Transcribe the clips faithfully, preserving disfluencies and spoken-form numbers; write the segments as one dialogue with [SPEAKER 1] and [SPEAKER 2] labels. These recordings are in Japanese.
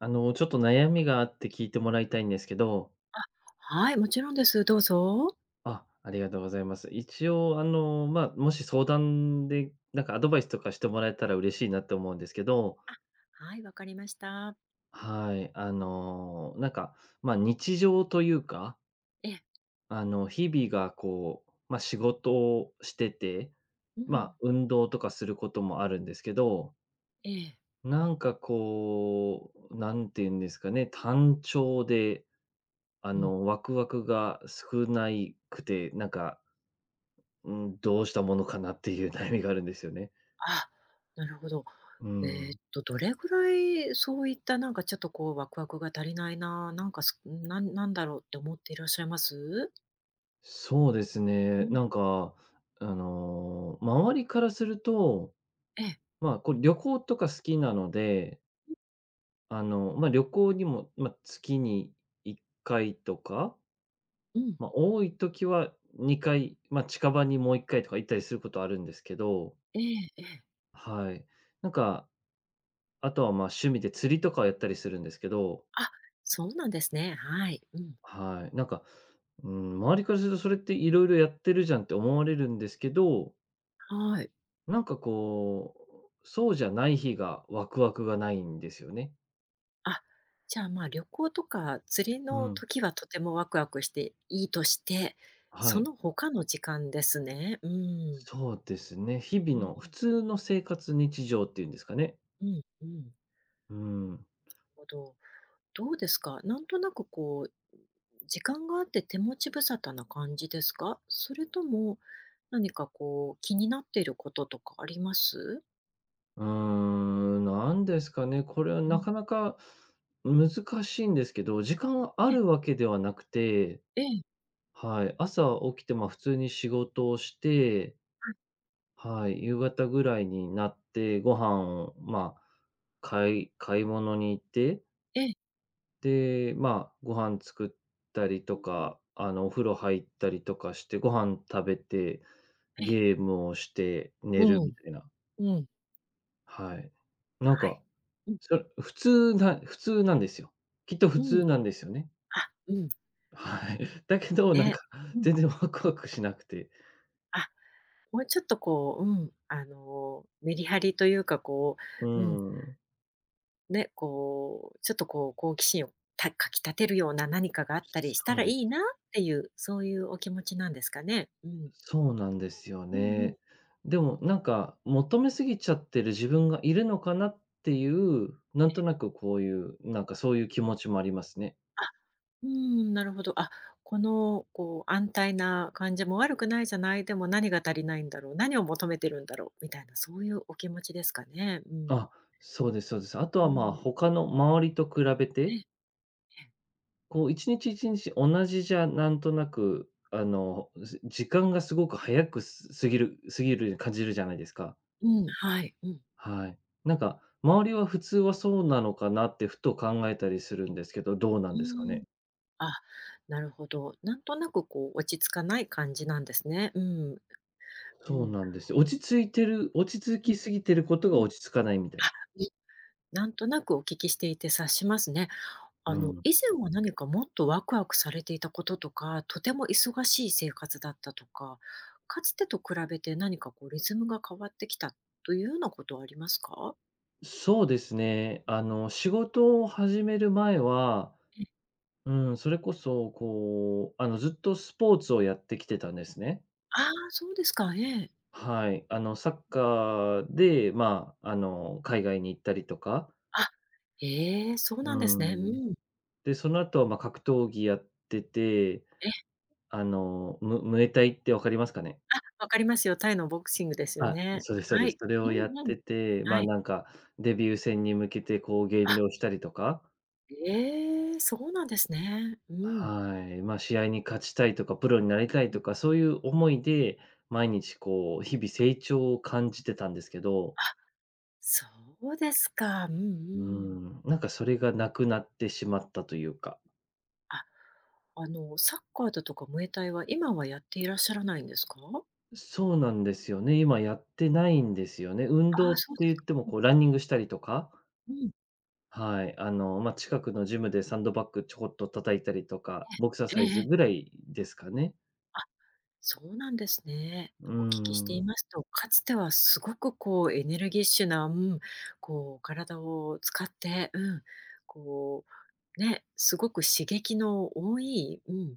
[SPEAKER 1] あの、ちょっと悩みがあって聞いてもらいたいんですけど。
[SPEAKER 2] はい、もちろんです。どうぞ。
[SPEAKER 1] あ、ありがとうございます。一応あの、まあ、もし相談で、なんかアドバイスとかしてもらえたら嬉しいなと思うんですけど。
[SPEAKER 2] はい、わかりました。
[SPEAKER 1] はい、あの、なんか、まあ、日常というか、
[SPEAKER 2] ええ、
[SPEAKER 1] あの、日々がこう、まあ、仕事をしてて、
[SPEAKER 2] う
[SPEAKER 1] ま
[SPEAKER 2] ん、
[SPEAKER 1] あ、運動とかすることもあるんですけど、
[SPEAKER 2] ええ、
[SPEAKER 1] なんかこう、なんていうんですかね、単調で、あ
[SPEAKER 2] うん。
[SPEAKER 1] の、ワクワクが少ないくて、なんかうん、どうしたものかなっていう 悩みがあるんですよね。
[SPEAKER 2] あ、なるほど。
[SPEAKER 1] う
[SPEAKER 2] えーっ
[SPEAKER 1] ん。
[SPEAKER 2] と、どれぐらいそういったなんかちょっとこうワクワクが足りないな、なんかすなんなんだろうって思っていらっしゃいます？
[SPEAKER 1] そうです
[SPEAKER 2] う
[SPEAKER 1] ね。
[SPEAKER 2] ん、
[SPEAKER 1] なんか、あの、周りからすると、
[SPEAKER 2] ええ、
[SPEAKER 1] まあ、これ旅行とか好きなので、あの、まあ、旅行にも、まあ、月にいっかいとか、
[SPEAKER 2] うん、
[SPEAKER 1] まあ、多い時はにかい、まあ、近場にもういっかいとか行ったりすることあるんですけど、
[SPEAKER 2] ええええ。
[SPEAKER 1] はい。なんか、あとは、ま、趣味で釣りとかをやったりするんですけど。
[SPEAKER 2] あ、そうなんですね。はい。うん、
[SPEAKER 1] はい。なんか、うん、周りからするとそれっていろいろやってるじゃんって思われるんですけど、
[SPEAKER 2] はい。
[SPEAKER 1] なんかこう、そうじゃない日がワクワクがないんですよね。
[SPEAKER 2] あ、じゃあ、まあ、旅行とか釣り
[SPEAKER 1] う
[SPEAKER 2] の
[SPEAKER 1] ん。
[SPEAKER 2] 時はとてもワクワクしていいとして、
[SPEAKER 1] は
[SPEAKER 2] そ
[SPEAKER 1] い。
[SPEAKER 2] の他の時間ですね。うん、
[SPEAKER 1] そうですね。日
[SPEAKER 2] う
[SPEAKER 1] 々
[SPEAKER 2] ん。
[SPEAKER 1] の普通の生活日常っていうんですかね。
[SPEAKER 2] うん、うん。なる
[SPEAKER 1] うん。
[SPEAKER 2] ほど。どうですか？なんとなくこう、時間があって手持ち無沙汰な感じですか？それとも、何かこう、気になっていることとかあります？
[SPEAKER 1] うーん、なんですかね、これは
[SPEAKER 2] う
[SPEAKER 1] な
[SPEAKER 2] ん。
[SPEAKER 1] かなか難しいんですけど、時間はあ
[SPEAKER 2] え、
[SPEAKER 1] るわけではなくて、
[SPEAKER 2] ええ、
[SPEAKER 1] はい、朝起きて、ま、普通に仕事をして、
[SPEAKER 2] はい、
[SPEAKER 1] はい、夕方ぐらいになって、ご飯を、まあ、買い買い物に行って、
[SPEAKER 2] ええ、
[SPEAKER 1] で、まあ、ご飯作ったり
[SPEAKER 2] う
[SPEAKER 1] と
[SPEAKER 2] ん、
[SPEAKER 1] か、あの、お風呂入ったりとかして、ご飯食べて、
[SPEAKER 2] ええ、
[SPEAKER 1] ゲームをして寝る
[SPEAKER 2] う
[SPEAKER 1] み
[SPEAKER 2] ん、
[SPEAKER 1] たいな。
[SPEAKER 2] うん、
[SPEAKER 1] はい。なん
[SPEAKER 2] は
[SPEAKER 1] か、
[SPEAKER 2] い。うん、
[SPEAKER 1] それ、普通な普通なんですよ。きっと普
[SPEAKER 2] うん、
[SPEAKER 1] 通なんですよね。
[SPEAKER 2] あ、うん、
[SPEAKER 1] はい。だけど、なん
[SPEAKER 2] ね、
[SPEAKER 1] か、
[SPEAKER 2] うん、
[SPEAKER 1] 全然ワクワクしなくて。
[SPEAKER 2] あ、もうちょっとこう、うん、あの、メリハリというかこ
[SPEAKER 1] う
[SPEAKER 2] う、うん
[SPEAKER 1] ん。
[SPEAKER 2] ね、こう、ちょっとこう、好奇心をたかきたてるような何かがあったりした
[SPEAKER 1] そう
[SPEAKER 2] らい
[SPEAKER 1] です。
[SPEAKER 2] いなっていう、そういうお気持ちなんですかね？うん。
[SPEAKER 1] そうなんですよ
[SPEAKER 2] うんうん。う
[SPEAKER 1] ね。でも、な
[SPEAKER 2] ん。
[SPEAKER 1] んか、求めすぎちゃってる自分がいるのかなっていう、なんとなくこういう、なんかそういう気持ちもありますね。
[SPEAKER 2] あ、うーん、なるほど。あ、この、こう、安泰な感じも悪くないじゃない、でも何が足りないんだろう、何を求めてるんだろうみたいな、そういうお気持ちですかね？うん。
[SPEAKER 1] あ、そうですそうです。あと
[SPEAKER 2] う
[SPEAKER 1] は、まあ、
[SPEAKER 2] ん。
[SPEAKER 1] 他の周りと比べ
[SPEAKER 2] ええ、
[SPEAKER 1] て、
[SPEAKER 2] ええ。
[SPEAKER 1] こういちにちいちにち同じじゃなんとなく、あの、す時間がすごく早くす過ぎる過ぎる感じるじゃないですか。
[SPEAKER 2] うん、はい。うん。
[SPEAKER 1] はい。なんか、周りは普通はそうなのかなってふと考えたりするんですけど、どうな
[SPEAKER 2] う
[SPEAKER 1] ん
[SPEAKER 2] ー
[SPEAKER 1] ですか
[SPEAKER 2] ん。
[SPEAKER 1] ね？
[SPEAKER 2] あ、なるほど。なんとなくこう、落ち着かない感じなんですね。うん。う
[SPEAKER 1] そう
[SPEAKER 2] ん。
[SPEAKER 1] なんですよ。落ち着いてる落ち着
[SPEAKER 2] うん。う
[SPEAKER 1] き
[SPEAKER 2] ん。
[SPEAKER 1] すぎてることが落ち着かないみたい
[SPEAKER 2] あ、
[SPEAKER 1] な。
[SPEAKER 2] いなんとなくお聞きしていて察しますね。
[SPEAKER 1] う
[SPEAKER 2] あの、
[SPEAKER 1] ん。
[SPEAKER 2] 以前は何かもっとワクワクされていたこととか、とても忙しい生活だったとか、かつてと比べて何かこうリズムが変わってきたというようなことはありますか？
[SPEAKER 1] そうですね。あの、仕事を始める前は、
[SPEAKER 2] え、
[SPEAKER 1] うん、それこそ、こう、あの、ずっとスポーツをやってきてたんですね。
[SPEAKER 2] ああ、そうですか、ええ。
[SPEAKER 1] はい。あの、サッカーで、まあ、あの、海外に行ったりとか、
[SPEAKER 2] あ、ええ、そう
[SPEAKER 1] う
[SPEAKER 2] なんですね。
[SPEAKER 1] ん。
[SPEAKER 2] うん。
[SPEAKER 1] で、その後は、まあ、格闘技やってて、
[SPEAKER 2] え、
[SPEAKER 1] あの、ムムエタイって分かりますかね？
[SPEAKER 2] あ、わかりますよ。タイのボクシングですよ
[SPEAKER 1] あ、
[SPEAKER 2] ね。
[SPEAKER 1] そうですそう
[SPEAKER 2] は
[SPEAKER 1] です。
[SPEAKER 2] い。
[SPEAKER 1] それ
[SPEAKER 2] う
[SPEAKER 1] をや
[SPEAKER 2] ん
[SPEAKER 1] っ
[SPEAKER 2] うん。
[SPEAKER 1] てて、ま
[SPEAKER 2] は
[SPEAKER 1] あ、
[SPEAKER 2] い。
[SPEAKER 1] なんか、デビュー戦に向けてこう減
[SPEAKER 2] あ、
[SPEAKER 1] 量したりとか、
[SPEAKER 2] ええ、そうなんですね。
[SPEAKER 1] はい、まあ、試合に勝ちたいとか、プロになりたい
[SPEAKER 2] うん。
[SPEAKER 1] とか、そういう思いで、毎日こう、日々成長を感じてたんですけど、
[SPEAKER 2] あ、そうですか。うんう
[SPEAKER 1] う
[SPEAKER 2] ん。
[SPEAKER 1] ん、なんかそれがなくなってしまったというか。
[SPEAKER 2] あ、あの、サッカーだとかムエタイは、今はやっていらっしゃらないんですか？
[SPEAKER 1] そうなんですよね。今やってないんですよね。運
[SPEAKER 2] あ
[SPEAKER 1] 動
[SPEAKER 2] あ、
[SPEAKER 1] って
[SPEAKER 2] そうです
[SPEAKER 1] 言っ
[SPEAKER 2] か。
[SPEAKER 1] ても
[SPEAKER 2] うん
[SPEAKER 1] こうランニングしたりとか、
[SPEAKER 2] うん。
[SPEAKER 1] はい、あの、まあ、近くのジムでサンドバッグちょこっと叩いたりとか、ボクサ
[SPEAKER 2] え
[SPEAKER 1] サ
[SPEAKER 2] え
[SPEAKER 1] イ
[SPEAKER 2] え
[SPEAKER 1] ズぐ
[SPEAKER 2] え。
[SPEAKER 1] らいですかね。
[SPEAKER 2] あ、そうなんですね。
[SPEAKER 1] うー
[SPEAKER 2] お聞きしてい
[SPEAKER 1] ん、
[SPEAKER 2] ますと、かつてはすごくこうエネルギッシュな、うん、こう体を使って、うん、こう、ね、すごく刺激の多い、うん、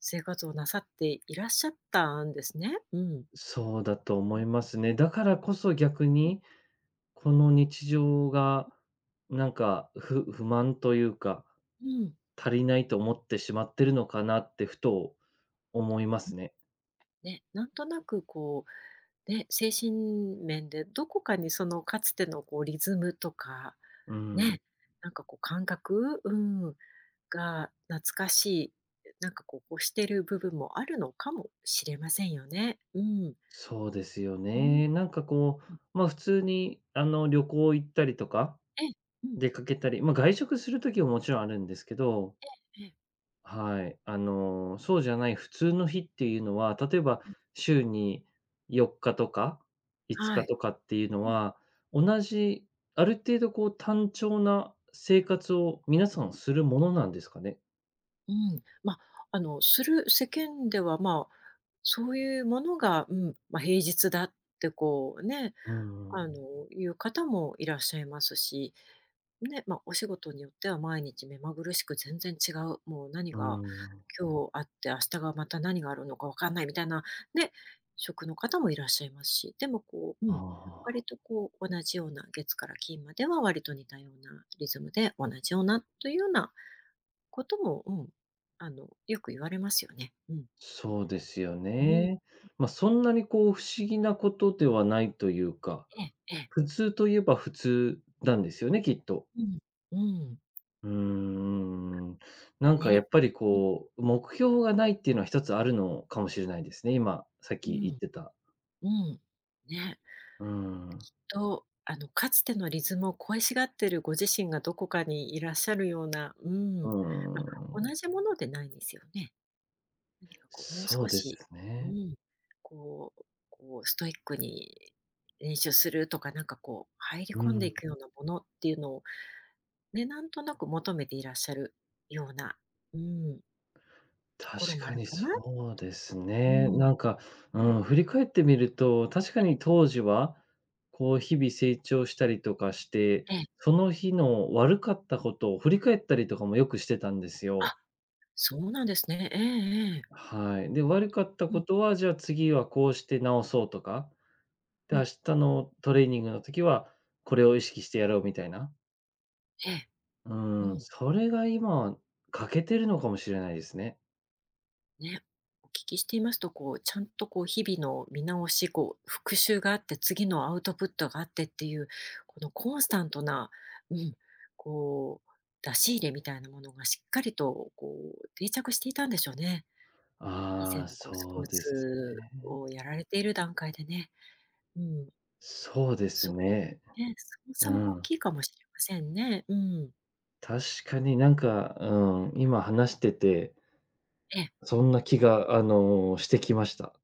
[SPEAKER 2] 生活をなさっていらっしゃったんですね。うん。
[SPEAKER 1] そうだと思いますね。だからこそ逆に、この日常が、なんか、不不満というか、
[SPEAKER 2] うん。
[SPEAKER 1] 足りないと思ってしまってるのかなってふと思いますね。
[SPEAKER 2] ね、なんとなくこう、ね、精神面でどこかにそのかつてのこうリズムとか、
[SPEAKER 1] う
[SPEAKER 2] ね、
[SPEAKER 1] ん、
[SPEAKER 2] なんかこう感覚、うん、が懐かしい、なんかこう欲してる部分もあるのかもしれませんよね。うん。
[SPEAKER 1] そうですよ
[SPEAKER 2] うん。
[SPEAKER 1] ね。なんかこう、ま、普通にあの、旅行行ったりとか、
[SPEAKER 2] ええ、うん、
[SPEAKER 1] 出かけたり、ま、外食する時ももちろんあるんですけど。
[SPEAKER 2] ええ、
[SPEAKER 1] はい。あの、そうじゃない普通の日っていうのは、例えば
[SPEAKER 2] うん、
[SPEAKER 1] 週によっかとか5
[SPEAKER 2] は
[SPEAKER 1] 日
[SPEAKER 2] い。
[SPEAKER 1] とかっていうの
[SPEAKER 2] うん、
[SPEAKER 1] は、同じ、ある程度こう単調な生活を皆さんするものなんですかね？
[SPEAKER 2] うん。まあ、あの、する世間では、まあ、そういうものが、うん、まあ、平日だってこうね、
[SPEAKER 1] うんうん。
[SPEAKER 2] あの、いう方もいらっしゃいますし、ね、まあ、お仕事によっては毎日目まぐるしく全然違う、もう何
[SPEAKER 1] う
[SPEAKER 2] が
[SPEAKER 1] ん。
[SPEAKER 2] 今日あって明日がまた何があるのかわかんないみたいな、ね、職の方もいらっしゃいますし、でもこう、う
[SPEAKER 1] あ
[SPEAKER 2] ん、割
[SPEAKER 1] あ、
[SPEAKER 2] とこう同じような月から金までは割と似たようなリズムで同じようなというようなことも、うん、あの、よく言われますよね。うん。
[SPEAKER 1] そうですよ
[SPEAKER 2] うん。
[SPEAKER 1] ね。まあ、そんなにこう不思議なことではないというか、
[SPEAKER 2] ええええ。
[SPEAKER 1] 普通といえば普通なんですよね、きっと。
[SPEAKER 2] うん。うん。
[SPEAKER 1] うーん。なんかや
[SPEAKER 2] ね。
[SPEAKER 1] っぱりこう、目標がないっていうのは一つあるのかもしれないですね、今、さっ
[SPEAKER 2] う
[SPEAKER 1] き言っ
[SPEAKER 2] ん。
[SPEAKER 1] てた。
[SPEAKER 2] うん。ね。
[SPEAKER 1] うーん。
[SPEAKER 2] と、あの、かつてのリズムを恋しがってるご自身がどこかにいらっしゃるような、う
[SPEAKER 1] うー
[SPEAKER 2] ん、ま、
[SPEAKER 1] ん。
[SPEAKER 2] 同じものでないんですよね。何かこうもう
[SPEAKER 1] そ
[SPEAKER 2] 少
[SPEAKER 1] うで
[SPEAKER 2] し、
[SPEAKER 1] す
[SPEAKER 2] う
[SPEAKER 1] ね。
[SPEAKER 2] ん、こうこうストイックに練習するとか、なんかこう入り
[SPEAKER 1] う
[SPEAKER 2] 込んで
[SPEAKER 1] ん。
[SPEAKER 2] いくようなものっていうのをね、なんとなく求めていらっしゃるような、うん、ところ
[SPEAKER 1] 確
[SPEAKER 2] もあ
[SPEAKER 1] か
[SPEAKER 2] る
[SPEAKER 1] に
[SPEAKER 2] かな。
[SPEAKER 1] そうです
[SPEAKER 2] う
[SPEAKER 1] ね。
[SPEAKER 2] ん。
[SPEAKER 1] なんか、
[SPEAKER 2] うん。
[SPEAKER 1] うん、振り返ってみると、確かに当時は、こう日々成長したりとかして、
[SPEAKER 2] ええ。
[SPEAKER 1] その日の悪かったことを振り返ったりとかもよくしてたんです
[SPEAKER 2] あ、
[SPEAKER 1] よ。
[SPEAKER 2] そうなんですね。ええええ。
[SPEAKER 1] はい。で、悪かった
[SPEAKER 2] う
[SPEAKER 1] こ
[SPEAKER 2] ん、
[SPEAKER 1] とは、じゃあ次はこうして直そうとか
[SPEAKER 2] う
[SPEAKER 1] で、明
[SPEAKER 2] ん。
[SPEAKER 1] 日のトレーニングの時は、これを意識してやろうみたいな。
[SPEAKER 2] ええ。
[SPEAKER 1] うー
[SPEAKER 2] う
[SPEAKER 1] ん、
[SPEAKER 2] ん。
[SPEAKER 1] それが今、欠けてるのかもしれないですね。
[SPEAKER 2] ね、お聞きしていますと、こう、ちゃんとこう日々の見直し、こう復習があって、次のアウトプットがあってっていう、このコンスタントな、うん、こう、出し入れみたいなものがしっかりとこう定着していたんでしょうね。以
[SPEAKER 1] あ
[SPEAKER 2] 前
[SPEAKER 1] あ、
[SPEAKER 2] のこうスポ
[SPEAKER 1] そ
[SPEAKER 2] ー
[SPEAKER 1] うです
[SPEAKER 2] ツ
[SPEAKER 1] ね。
[SPEAKER 2] をやられている段階でね。うん、
[SPEAKER 1] そうです
[SPEAKER 2] そ
[SPEAKER 1] ね。
[SPEAKER 2] ね、その
[SPEAKER 1] う
[SPEAKER 2] 差は大
[SPEAKER 1] ん。
[SPEAKER 2] きいかもしれませんね。うん。
[SPEAKER 1] 確かになんか、うん、今話してて、
[SPEAKER 2] ええ、
[SPEAKER 1] そんな気が、あの、してきました。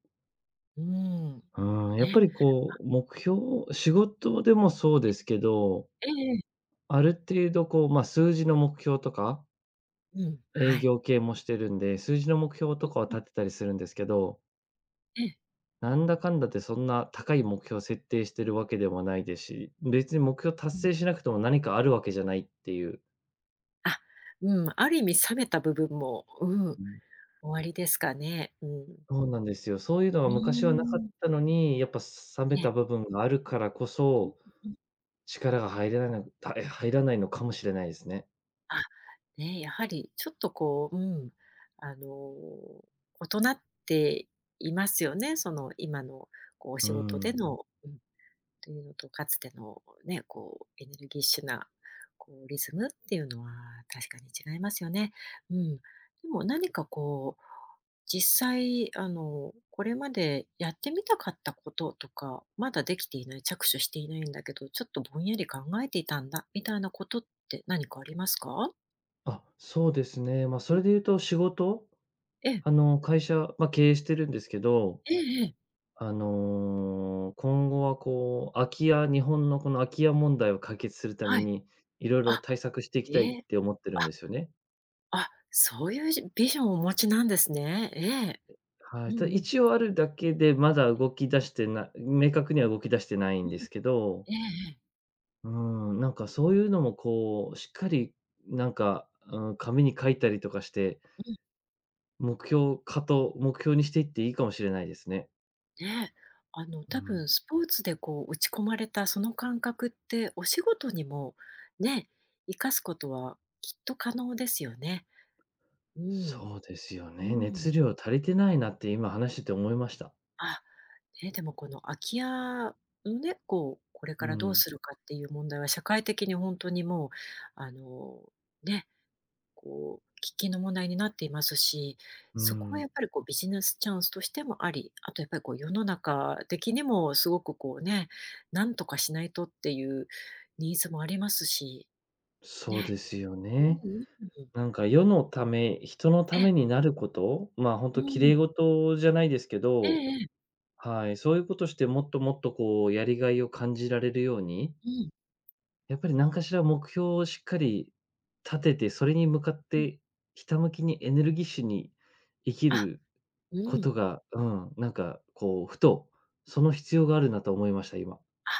[SPEAKER 2] うん。
[SPEAKER 1] うん、やっぱ
[SPEAKER 2] ね。
[SPEAKER 1] り
[SPEAKER 2] あ、
[SPEAKER 1] こう、目標仕事でもそうですけど、
[SPEAKER 2] ええええ、
[SPEAKER 1] ある程度こう、まあ、数字の目標とか
[SPEAKER 2] うん、
[SPEAKER 1] 営
[SPEAKER 2] はい。
[SPEAKER 1] 業系もしてるんで、数字の目標
[SPEAKER 2] う
[SPEAKER 1] とかは
[SPEAKER 2] ん、
[SPEAKER 1] 立てたりするんですけど、
[SPEAKER 2] ええ。
[SPEAKER 1] なんだかんだでそんな高い目標を設定してるわけでもないですし、別に目標
[SPEAKER 2] う
[SPEAKER 1] 達
[SPEAKER 2] ん。
[SPEAKER 1] 成しなくても何かあるわけじゃないっていう。
[SPEAKER 2] あ、うん、ある意味冷めた部分も、うん、
[SPEAKER 1] うん。
[SPEAKER 2] 終わりですかね。うん。
[SPEAKER 1] そうなんですよ。そういうの
[SPEAKER 2] う
[SPEAKER 1] が
[SPEAKER 2] ー
[SPEAKER 1] 昔はなかっ
[SPEAKER 2] ん。
[SPEAKER 1] たのに、やっぱ冷め
[SPEAKER 2] ええ。
[SPEAKER 1] た部分があるからこそ、
[SPEAKER 2] うんうん。
[SPEAKER 1] 力が入らないのた入らないのかもしれないですね。
[SPEAKER 2] あ、ね、やはりちょっとこう、うん、あの、大人っていますよね。その今のこうお
[SPEAKER 1] う
[SPEAKER 2] 仕事で
[SPEAKER 1] ん。
[SPEAKER 2] のうん、というのと、かつてのね、こうエネルギッシュな、こうリズムっていうのは確かに違いますよね。うん。でも何かこう、実際あの、これまでやってみたかったこととか、まだできていない、着手していないんだけど、ちょっとぼんやり考えていたんだみたいなことって何かありますか？
[SPEAKER 1] あ、そうですね。まあ、
[SPEAKER 2] う
[SPEAKER 1] そ
[SPEAKER 2] ん、
[SPEAKER 1] れで言うと仕事、
[SPEAKER 2] ええ。
[SPEAKER 1] あの、会社、まあ、経営してるんですけど。
[SPEAKER 2] ええええ。
[SPEAKER 1] あの、今後はこう、空き家日本のこの空き家問題を解決するため
[SPEAKER 2] はい。
[SPEAKER 1] に、いろいろ
[SPEAKER 2] あ、
[SPEAKER 1] 対策していきたい
[SPEAKER 2] え
[SPEAKER 1] っ
[SPEAKER 2] え。
[SPEAKER 1] て思って
[SPEAKER 2] あ、
[SPEAKER 1] るんですよね。
[SPEAKER 2] あ、そういうじビジョンをお持ちなんですね。ええ。
[SPEAKER 1] は
[SPEAKER 2] うん
[SPEAKER 1] い。ただ
[SPEAKER 2] うん。
[SPEAKER 1] 一応あるだけで、まだ動き出してな明確には動き出してないん
[SPEAKER 2] う
[SPEAKER 1] で
[SPEAKER 2] ん。
[SPEAKER 1] すけど、
[SPEAKER 2] ええええ。
[SPEAKER 1] うん、なんかそういうのもこう、しっかりなんか、うん、紙に書いたりとかして、
[SPEAKER 2] うん。
[SPEAKER 1] 目標化と目標にしていっていいかもしれないですね。
[SPEAKER 2] ねえ、あの
[SPEAKER 1] う
[SPEAKER 2] 多
[SPEAKER 1] ん。
[SPEAKER 2] 分スポーツでこう打ち込まれたその感覚ってお仕事にもね、生かすことはきっと可能ですよね。うん。
[SPEAKER 1] そうですよ
[SPEAKER 2] う
[SPEAKER 1] ね。
[SPEAKER 2] ん。
[SPEAKER 1] 熱量足りてないなって今話してて思いました。
[SPEAKER 2] あ、ね、でもこの空き家のね、こうこれ
[SPEAKER 1] う
[SPEAKER 2] からどう
[SPEAKER 1] ん、
[SPEAKER 2] するかっていう問題は社会的に本当にもうあのねこう、喫緊の問題になっていますし、
[SPEAKER 1] う
[SPEAKER 2] そこはや
[SPEAKER 1] ん。
[SPEAKER 2] っぱりこうビジネスチャンスとしてもあり、あとやっぱりこう世の中的にもすごくこうね、なんとかしないとっていうニーズもありますし、
[SPEAKER 1] そう
[SPEAKER 2] ね。
[SPEAKER 1] ですよ
[SPEAKER 2] うん
[SPEAKER 1] ね。
[SPEAKER 2] うんうん。
[SPEAKER 1] なんか世のため、人のた
[SPEAKER 2] ええ、
[SPEAKER 1] めになること、まあ、本
[SPEAKER 2] う
[SPEAKER 1] 当綺
[SPEAKER 2] んう
[SPEAKER 1] 麗
[SPEAKER 2] ん。
[SPEAKER 1] 事じゃないですけ
[SPEAKER 2] ええ
[SPEAKER 1] ど、
[SPEAKER 2] ええ。
[SPEAKER 1] はい、そういうことしてもっともっとこうやりがいを感じられるように、
[SPEAKER 2] うん、
[SPEAKER 1] やっぱり何かしら目標をしっかり立てて、それに向かっ
[SPEAKER 2] うん。
[SPEAKER 1] てひたむきにエネルギッシュに生き
[SPEAKER 2] あ、
[SPEAKER 1] る
[SPEAKER 2] う
[SPEAKER 1] こ
[SPEAKER 2] ん。
[SPEAKER 1] とが、うん、なんかこうふと、その必要があるなと思いました、今。
[SPEAKER 2] あ。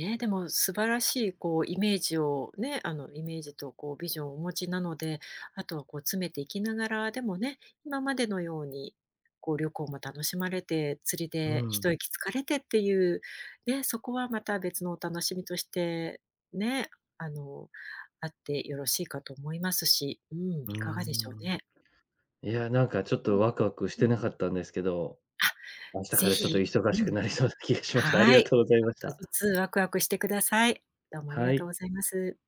[SPEAKER 2] ね、でも素晴らしいこうイメージをね、あのイメージとこうビジョンをお持ちなので、あとはこう詰めていきながら、でもね、今までのようにこう旅行も楽しまれて、釣り
[SPEAKER 1] う
[SPEAKER 2] で一
[SPEAKER 1] ん、
[SPEAKER 2] 息つかれてっていう、ね、そこはまた別のお楽しみとして、ね、あの、あってよろしいかと思いますし、うん、い
[SPEAKER 1] う
[SPEAKER 2] かがでしょう
[SPEAKER 1] ん。
[SPEAKER 2] ね。
[SPEAKER 1] いや、なんかちょっ
[SPEAKER 2] うん
[SPEAKER 1] とワクワクし
[SPEAKER 2] うん、
[SPEAKER 1] てなかったんですけど、
[SPEAKER 2] あ、
[SPEAKER 1] 明日
[SPEAKER 2] ぜ
[SPEAKER 1] からちょっと
[SPEAKER 2] ひ、
[SPEAKER 1] 忙
[SPEAKER 2] う
[SPEAKER 1] し
[SPEAKER 2] ん、
[SPEAKER 1] くなりそうな気がしました。あり
[SPEAKER 2] は
[SPEAKER 1] が
[SPEAKER 2] い、ちょ
[SPEAKER 1] とうござい
[SPEAKER 2] っ
[SPEAKER 1] まし
[SPEAKER 2] と
[SPEAKER 1] た。
[SPEAKER 2] ずつワクワクしてください。どうもあり
[SPEAKER 1] は
[SPEAKER 2] がとう
[SPEAKER 1] い。
[SPEAKER 2] ございます。